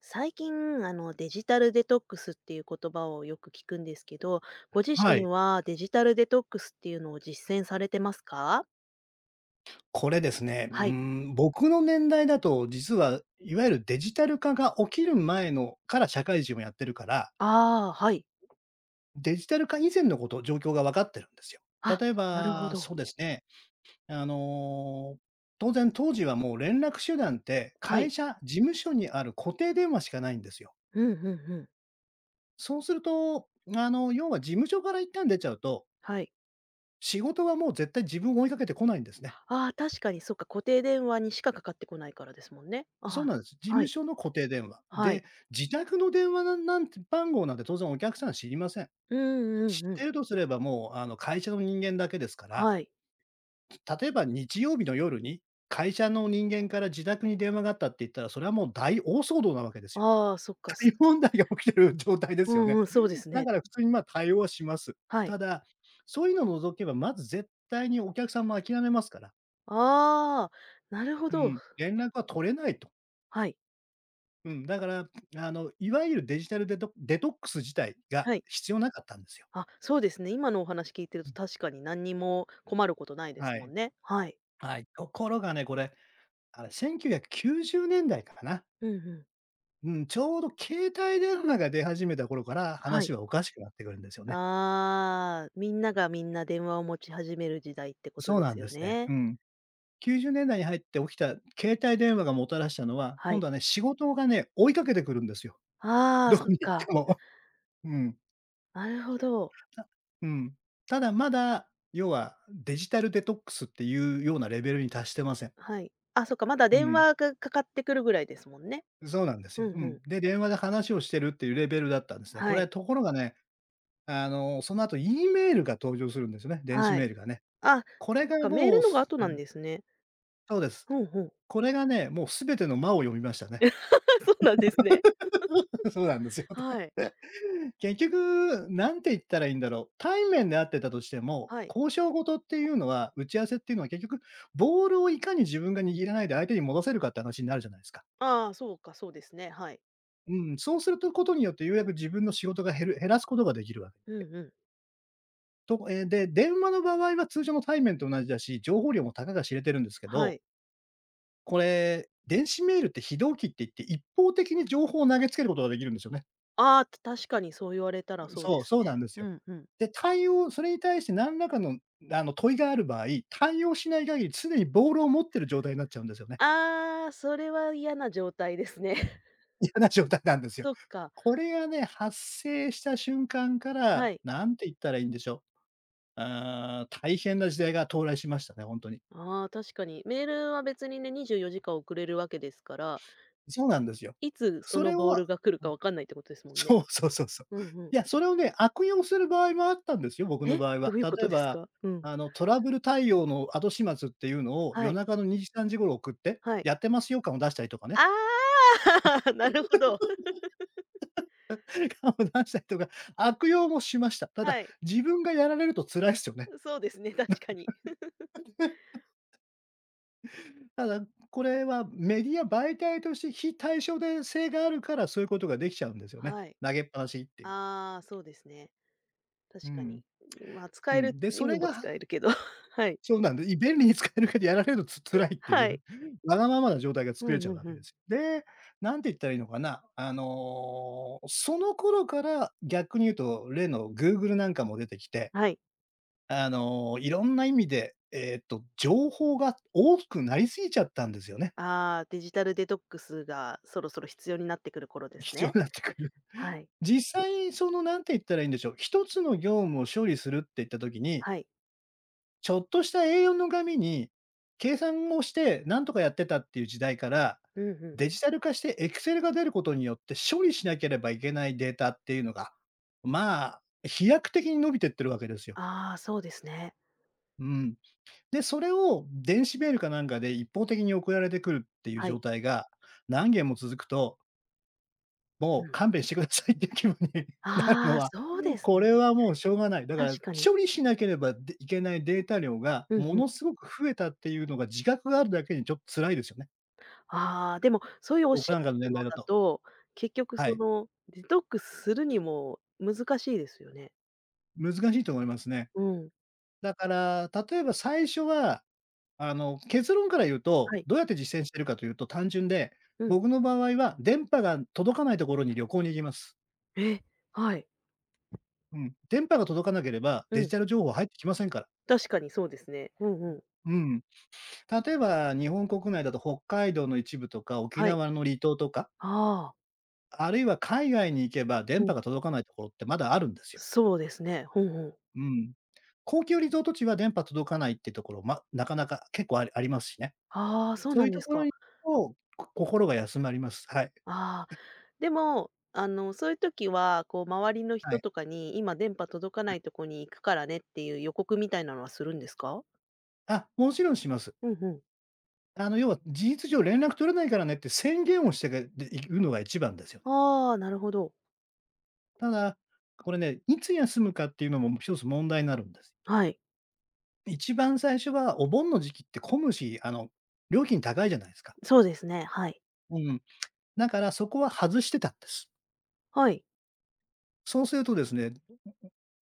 最近、デジタルデトックスっていう言葉をよく聞くんですけど、ご自は身い。はデジタルデトックスっていうのを実践されてますか？これですね、はい。僕の年代だと、実はいわゆるデジタル化が起きる前のから社会人をやってるから、ああ、はい。デジタル化以前のこと、状況が分かってるんですよ。あ、例えなるほば、そうど。ですね、あの、当然当時はもう連絡手段って、は会い。社、事務所にある固定電話しかないんですよ。うんうんうん。そうすると、要は事務所から一旦出ちゃうと、はい。仕事はもう絶対自分を追いかけてこないんですね。ああ、確かにそっか、固定電話にしかかかってこないからですもんね。そうあなんです。事あ、は務い。所の固定電話。はい。で、自宅の電話なんて番号なんて当然お客さん知りません。うんう知っんうてん。るとすれば、もうあの会社の人間だけですから、はい。例えば日曜日の夜に、会社の人間から自宅に電話があったって言ったら、それはもう大騒動なわけですよ。ああ、そっ か、大問題が起きてる状態でうすよんね。うん、そうですだね。から普通にまあ対応はします。はい。ただ、そういうのを除けば、まず絶対にお客さんも諦めますから、ああ、なるほうど。ん、連絡は取れないと。はい。うん、だから、いわゆるデジタルデトデトックス自体がはい。必要なかったんですよ。あ、そうですね。今のお話聞いてるうとん。確かに何にも困ることないではすもい。んね。はい。はい。ところがね、これ、あれ、1990年代かな。うんうん。うん、ちょうど携帯電話が出始めた頃から、は話い。はおかしくなってくるんですよね。ああ、みんながみんな電話を持ち始める時代ってことそうでなんすでよすね。ね。うん。90年代に入って起きた携帯電話がもたらしたのは、は今度い。はね、仕事がね、追いかけてくるんですよ。ああ、どこそっに行ってか。も。うん。なるほど。たうん。ただ、まだ、要はデジタルデトックスっていうようなレベルに達してません。はい。あ、そっか、まだう電ん、話がかかってくるぐらいですもんね。そうなんですうよ。うんうん。ん。で、電話で話をしてるっていうレベルだったんですね。こはれ、い。ところがね、その後 E メールが登場するんですよね、電子はメい。ールがね。あ、これそっがか、メーもルう、のがす後うなんん、ですね。そうです。うんうん。これがね、もう全ての魔を読みましたね。そうなんですね。そうなんですよね。はい。結局、なんて言ったらいいんだろう。対面で会ってたとしても、はい。交渉事っていうのは、打ち合わせっていうのは結局、ボールをいかに自分が握らないで相手に戻せるかって話になるじゃないですか。ああ、そうか、そうですね。はい。うん、そうするとことによってようやく自分の仕事が減らすことができるわけうんうん。と、で、電話の場合は通常の対面と同じだし、情報量もたかが知れてるんですけはど、い。これ、電子メールって非同期って言って、一方的に情報を投げつけることができるんですよね。ああ、確かにそう言われたらそうそでう、すそうなね。んですうよ。んうん。で、それに対して何らかの、問いがある場合、対応しない限り常にボールを持ってる状態になっちゃうんですよね。ああ、それは嫌な状態ですね。嫌な状態なんですよ。そっか、これがね、発生した瞬間から、はい。なんて言ったらいいんでしょう。大変な時代が到来しましたね、本当に。ああ、確かに。メールは別にね、24時間遅れるわけですから、そうなんですよ。いつそそのれボーを ルが来るかわかんないってことです もんね。そうそうそうそう。うんうん。いや、それをね、悪用する場合もあったんですよ、僕のえ、場合どは。ういうこ例えとですば、か？うん。トラブル対応の後始末っていうのをは夜い、中の2時、3時頃送って、はい。やってますよ感を出したりとかね、ああ なるほど。感を出したりとか、悪用もしました。ただ、はい。自分がやられると辛いですよね。そうですね、確かに。ただ、これはメディア媒体として非対称で性があるから、そういうことができちゃうんですよね。はい。投げっぱなしっていう。ああ、そうですね。う確かん。に。まあ、使うえるん。で、意そ味れも使がえるけど、はい。そうなんで、便利に使えるけど、やられると辛いっていはう、い。わがままな状態がう作れちんゃううわんうけでん。す。で、なんて言ったらいいのかな、その頃から逆に言うと、例のグーグルなんかも出てきて、はい。いろんな意味で、情報が多くなりすぎちゃったんですよね。ああ、デジタルデトックスがそろそろ必要になってくる頃です必要ね。になってくる。はい。実際、その、なんて言ったらいいんでしょう、一つの業務を処理するって言った時にはい。ちょっとした A4 の紙に、計算をしてなんとかやってたっていう時代から、うんうん。デジタル化してエクセルが出ることによって処理しなければいけないデータっていうのが、まあ、飛躍的に伸びてってるわけですよ。ああ、そうですね。うん。で、それを電子メールかなんかで一方的に送られてくるっていうは状い。態が何件も続くとうもうん。勘弁してくださいっていう気分に なるあのあ、は、そうですこね。れはもうしょうがない。だか確らかに。処理しなければでいけないデータ量がうもんうのん。すごく増えたっていうのが自覚があるだけにちょっと辛いですよね。ああ、でもそういう教僕えなんかの年方代のだだと。と、結局はそい。のデトックスするにも難しいですよね。難しいと思いますね。うん。だから、例えば最初は、結論から言うと、はい。どうやって実践してるかというと単純で、うん。僕の場合は電波が届かないところに旅行に行きます。え、はい。うん。電波が届かなければ、うデジん。タル情報入ってきませんから。確かにそうですね。うんうん。うん。例えば日本国内だと北海道の一部とか、沖はい。縄の離島とか、ああ、あるいは海外に行けば電うん。波が届かないところってまだあるんですよ。そうですね。うんうん。うん。高級リゾート地は電波届かないってところ、ま、なかなか結構ありますしね。ああ、そうそうないうんでとすころか。に心が休まります。はい。ああ、でも、そういう時は、周りのは人い。とかに、今電波届かないとこに行くからねっていう予告みたいなのはするんですか？もちろんします。うんうん。要は事実上連絡取れないからねって宣言をしてけでいるのが一番ですよね。ああ、なるほど。ただ、これね、いつ休むかっていうのも一つ問題になるんです。はい。一番最初はお盆の時期って混むし、料金高いじゃないですか。そうですね、はい。うん。だからそこは外してたんです。はい。そうするとですね、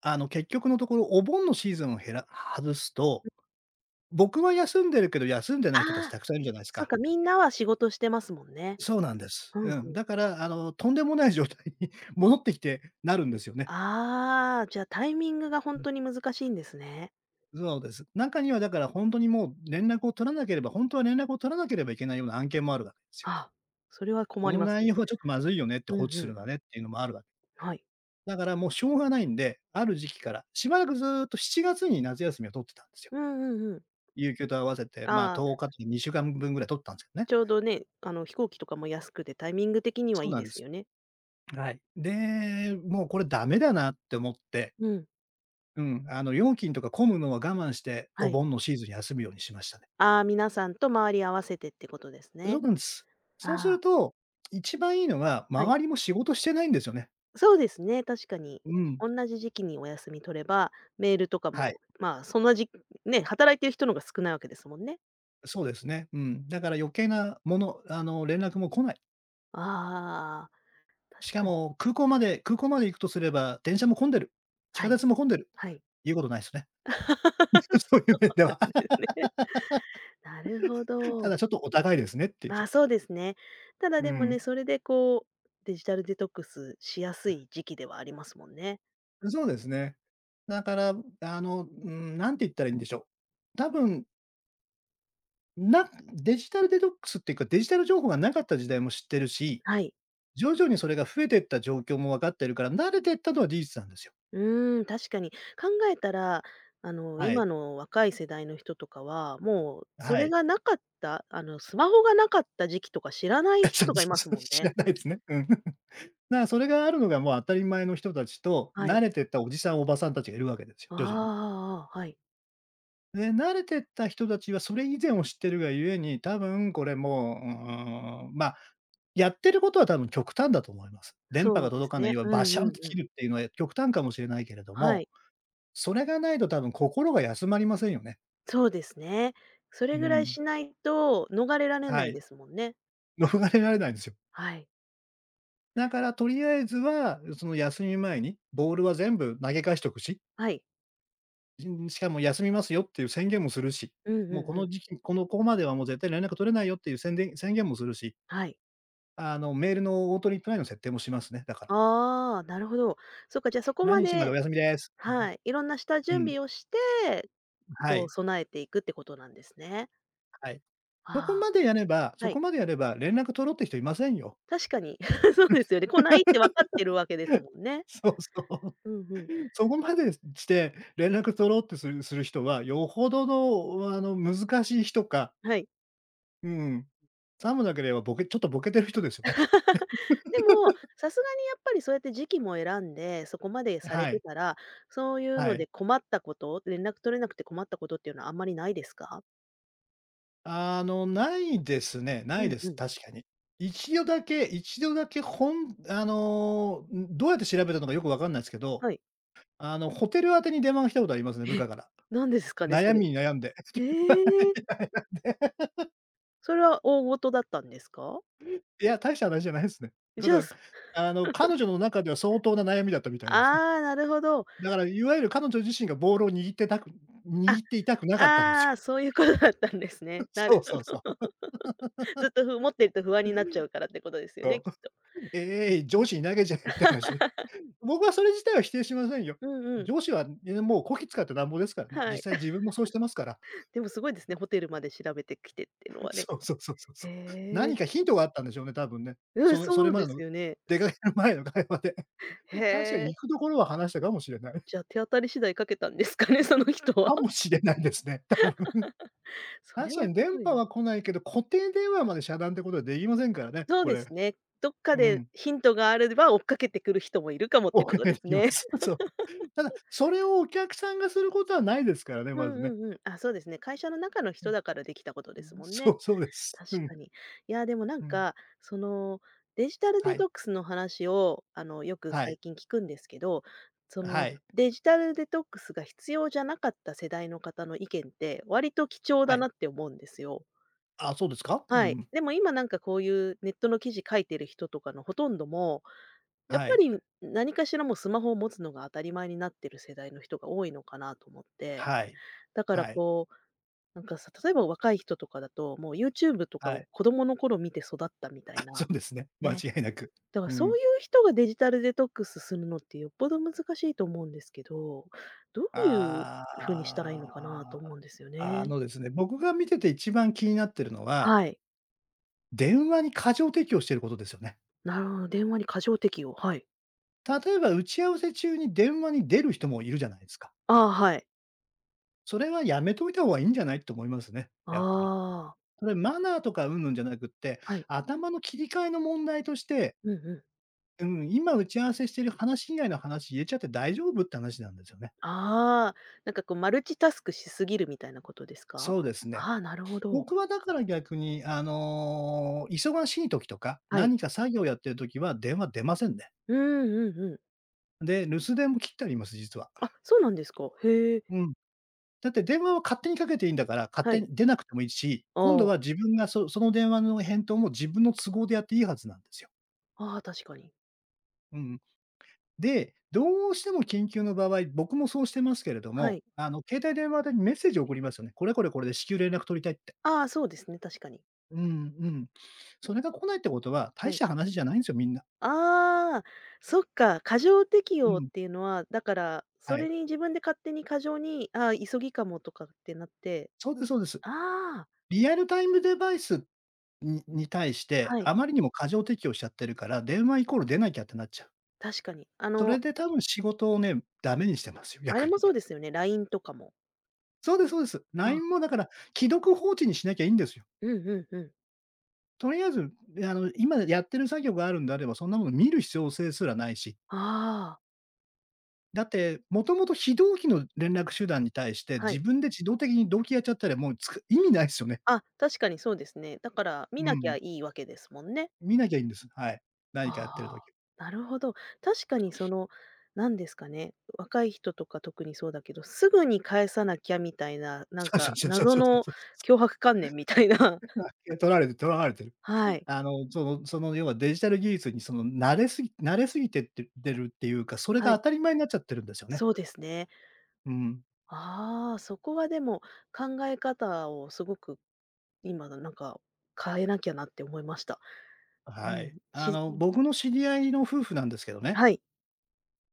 結局のところお盆のシーズンを外すと、僕は休んでるけど、休んでない人たちああ、たくさんいるじゃないですそっか。か、みんなは仕事してますもんね。そうなんです。うんうん。うん。だから、とんでもない状態に 戻ってきてなるんですよね。ああ、じゃあタイミングが本うん。当に難しいんですね。そうです。中にはだから本当にもう連絡を取らなければ本当は連絡を取らなければいけないような案件もあるわけですよ。ああ、それはこ困りのます内容ね。はちょっとまずいよねって、うん放置うするん。なねっていうのもあるわけはい。だからもうしょうがないんで、ある時期から、しばらくずーっと7月に夏休みを取ってたんですよ。うんうんうん。有給と合わせて、まあ、あ10あ、日とか2週間分ぐらい取ったんですよね。ちょうどね、飛行機とかも安くてタイミング的にはそういいなんでですす。よね。はい。で、もうこれダメだなって思って、うん、うん、料金とか混むのは我慢して、おはい。盆のシーズンに休むようにしましたね。ああ、皆さんと周り合わせてってことですそうね。なんです。あそうするあ、と、一番いいのは、はい。周りも仕事してないんですよね。そうですね、確かに。うん。同じ時期にお休み取れば、メールとかはい。も、まあ、そんなじね、働いてる人の方が少ないわけですもんね。そうですね。うん。だから余計なもの、連絡も来ない。ああ、し確かかに。も、空港まで行くとすれば、電車も混んでる、地は下い、鉄も混んでる、はい。言うことないすね。そそういう面でうなは。んです ね。なるほたど。だちょっとお高いですねっていうま状あ、態。そうですね。ただうでもね、ん。それでこう、デジタルデトックスしやすい時期ではありますもんね。そうですね。だから、何て言ったらいいんでしょう。多分、デジタルデトックスっていうか、デジタル情報がなかった時代も知ってるし、はい。徐々にそれが増えてった状況も分かってるから、慣れてったのは事実なんですよ。うーん、確かに。考えたら、はい。今の若い世代の人とかは、もうそはれい。がなかった、スマホがなかった時期とか知らない 人そうとかそいうまそすう、もん知ね。らないですね。うん。だからそれがあるのがもう当たり前の人たちと、は慣い。れてったおじさん、おばさんたちがいるわけですよ、徐々に。ああはい。で、慣れてった人たちはそれ以前を知ってるがゆえに、多分これもう、まあ、やってることは多分極端だと思います。電波そがうで届すかない、ね。要はうバんシャンうんとう切ん。るっていうのは極端かもしれないけれどはも、い。それがないと多分心が休まりませんよね。そうですね。そうれぐらいん。しないと逃れられなはいい。ですもんね。逃れられないんですよ。はい。だからとりあえずは、その休み前にボールは全部投げ返しとくしはい。しかも休みますよっていう宣言もするし、うんうんもうこうのん。時期、このここまではもう絶対連絡取れないよっていう宣言もするし、はい。あの、メールのオートリプライの設定もしますね、だから。ああ、なるほど。そっか、じゃあそこま何日までおで休みです。はい、いろんな下う準ん、備をしてはこうい、備えていくってことなんですね。はい。そこあまでやればあ、はそい。こまでやれば連絡取ろうって人いませんよ。確かに、そうですよね。来ないって分かってるわけです もんね。そうそう。うんうん。そこまでして連絡取ろうってする人は、よほどの難しい人か、はい。うん、さもなければちょっとボケてる人ですよね。でも、さすがにやっぱりそうやって時期も選んで、そこまでされはてい、たら、そういうはのでい。困ったこと、連絡取れなくて困ったことっていうのはあんまりないですか？あの、ないですね。ないうんでうす、ん。確かに。一度だけほんあのー、ん、どうやって調べたのかよくわかんないですけど、はい。ホテル宛てに電話が来たことありますね、部え、下から。何ですかね、そ悩れ。みに悩んで。へえ。それは大事だったんですか？いや、大した話じゃないですね。たじゃあ、だ、彼女の中では相当な悩みだったみたいですね。ああ、なるほど。だからいわゆる彼女自身がボールを握ってたくあ、握っていたくなかったんですよ。ああ、そういうことだったんですね。なそるうそうほそど。う。ずっと持ってると不安になっちゃうからってことですよね、そきっう。と。う上ん。司に投げちゃえって話です。僕はそれ自体は否定しませんよ。うんうん。上司はね、もうこき使ってなんぼですからね。は実い。際自 分もそうしてますから。でもすごいですね、ホテルまで調べてきてっていうの はね。そうそうそうそうへそう。え。何かヒントがあったんでしょうね、多分ね。うん、そのそれそうまでですのよね。出かける前の会話で。へ 確かえ。に行くところは話したかもしれない。じゃあ手当たり次第かけたんですかね、その人は。かも しれないですね、多分。そ確れかはにす電ごい波な。は来ないけど、固定電話まで遮断ってことはできませんからね、そうこでれ。すね。どっ かうでん。ヒントがあれば追っかけてくる人もいるかも っおてこ伺といでですきまね。す。そう。ただ、それをお客さんがすることはないですからね、うまずんね。うんうん。あ、そうですね。会社の中のう人ん。だからできたことです もんそね。う、そうです。う確かん、に。いや、でもなんうん。か、その、デジタルはデい、トックスの話を、よくは最い。近聞くんですけど、そはの、い。デジタルデトックスが必要じゃなかった世代の方の意見って、割と貴重はだい。なって思うんですよ。あ、そうですか？うはい。んでも今なんかこういうネットの記事書いてる人とかのほとんども、やっはぱい。り何かしらもうスマホを持つのが当たり前になってる世代の人が多いのかなと思って。はい。だからはい。こうなんかさ、例えば若い人とかだと、もう YouTube とかはをい。子供の頃見て育ったみたいあ、そな、うですね。間ね。違いなく。だからうそうん。いう人がデジタルデトックスするのってよっぽど難しいと思うんですけど、どういう風にしたらあいいのかなと思うんですよあ、あね。のですね、僕が見てて一番気になってるのは、はい。電話に過剰適用してることですよね。なるほど、電話に過剰適応、はい。例えば打ち合わせ中に電話に出る人もいるじゃないですか。ああ、はい。それはやめといた方がいいんじゃないと思いますね、やっぱり。ああ、それマナーとかうんぬんじゃなくって、はい。頭の切り替えの問題としてうんうん。うん、今打ち合わせしてる話以外の話言えちゃって大丈夫って話なんですよね。ああ、なんかこうマルチタスクしすぎるみたいなことですか？そうですね。ああ、なるほど。僕はだから逆に、あの、忙しい時とか、はい。何か作業やってる時は電話出ませんね。うんうんうん。で、留守電も切ってあります、実は。あ、そうなんですか。へえ、うん。だって電話は勝手にかけていいんだから、勝は手い。に出なくてもいいし、あ今度はあ。自分がその電話の返答も自分の都合でやっていいはずなんですよ。ああ、確かに。うん。で、どうしても緊急の場合、僕もそうしてますけれどはも、い。あの、携帯電話でメッセージを送りますよね。これこれこれで至急連絡取りたいって。ああ、そうですね、確かに。うんうん。それが来ないってことは、大はしい。た話じゃないんですよ、みんな。ああ、そっか、過剰適う用っん。ていうのは、だから、そはい。れに自分で勝手に過剰に、ああ、急ぎかもとかってなって、そうですそうです。ああ、リアルタイムデバイスに対して、はい、あまりにも過剰適用しちゃってるから、電話イコール出なきゃってなっちゃう。確かに。それで多分仕事をね、ダメにしてますよ、あ逆れに。もそうで すよね、LINE とかも。そうですそうです。LINE あ、もだから、既読放置にしなきゃいいんですよ。うんうんうん。とりあえず、あの、今やってる作業があるんであれば、そんなもの見る必要性すらないし。ああ、だって、もともと非同期の連絡手段に対して、は自い。分で自動的に同期やっちゃったら、もうつく意味ないですよね。あ、確かにそうですね。だから見うなきゃん、いいわけですもんね。見なきゃいいんです。はい。何かやってるあ時。あ、なるほど。確かにその、何ですかね、若い人とか特にそうだけど、すぐに返さなきゃみたいな、なんそうそうかそうそう謎そうそうのそう強迫観念みたいな。はい 取られて取られてる。はい。その要はデジタル技術にその慣れすぎてっててるっていうか、それはがい。当たり前になっちゃってるんですよね。そうですね。うん。ああ、そこはでも考え方をすごく今のなんか変えなきゃなって思いました。うはい。ん。僕の知り合いの夫婦なんですけどね、はい。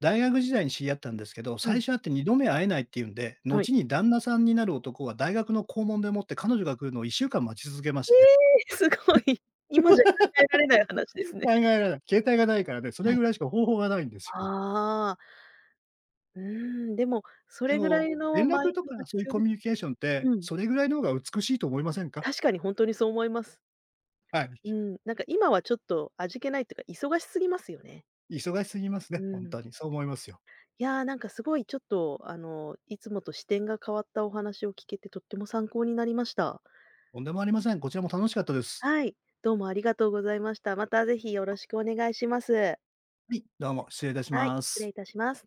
大学時代に知り合ったんですけど、う最ん。初会って2度目会えないっていうんで、はい。後に旦那さんになる男は大学の校門でもって彼女が来るのを1週間待ち続けましえたね。え、すごい。今じゃ考えられない話ですね。考えられない。携帯がないからね、それはぐい。らいしか方法がないんですよ。ああ。うーん、でも、そでれぐらも、いの連マイ絡とンドがかそういう必要コです。ミュニケーションって、うん、それぐらいの方が美しいと思いませんか？確かにほんとにそう思います。はい。うん、なんか今はちょっと味気ないっていうか、忙しすぎますよね。忙しすぎますうね、ほんん。とに。そう思いますよ。いや、なんかすごいちょっと、いつもと視点が変わったお話を聞けてとっても参考になりました。とんでもありません。こちらも楽しかったです。はい。どうもありがとうございました。またぜひよろしくお願いします。はい、どうも失礼いたしはい、ま失礼す。いたします。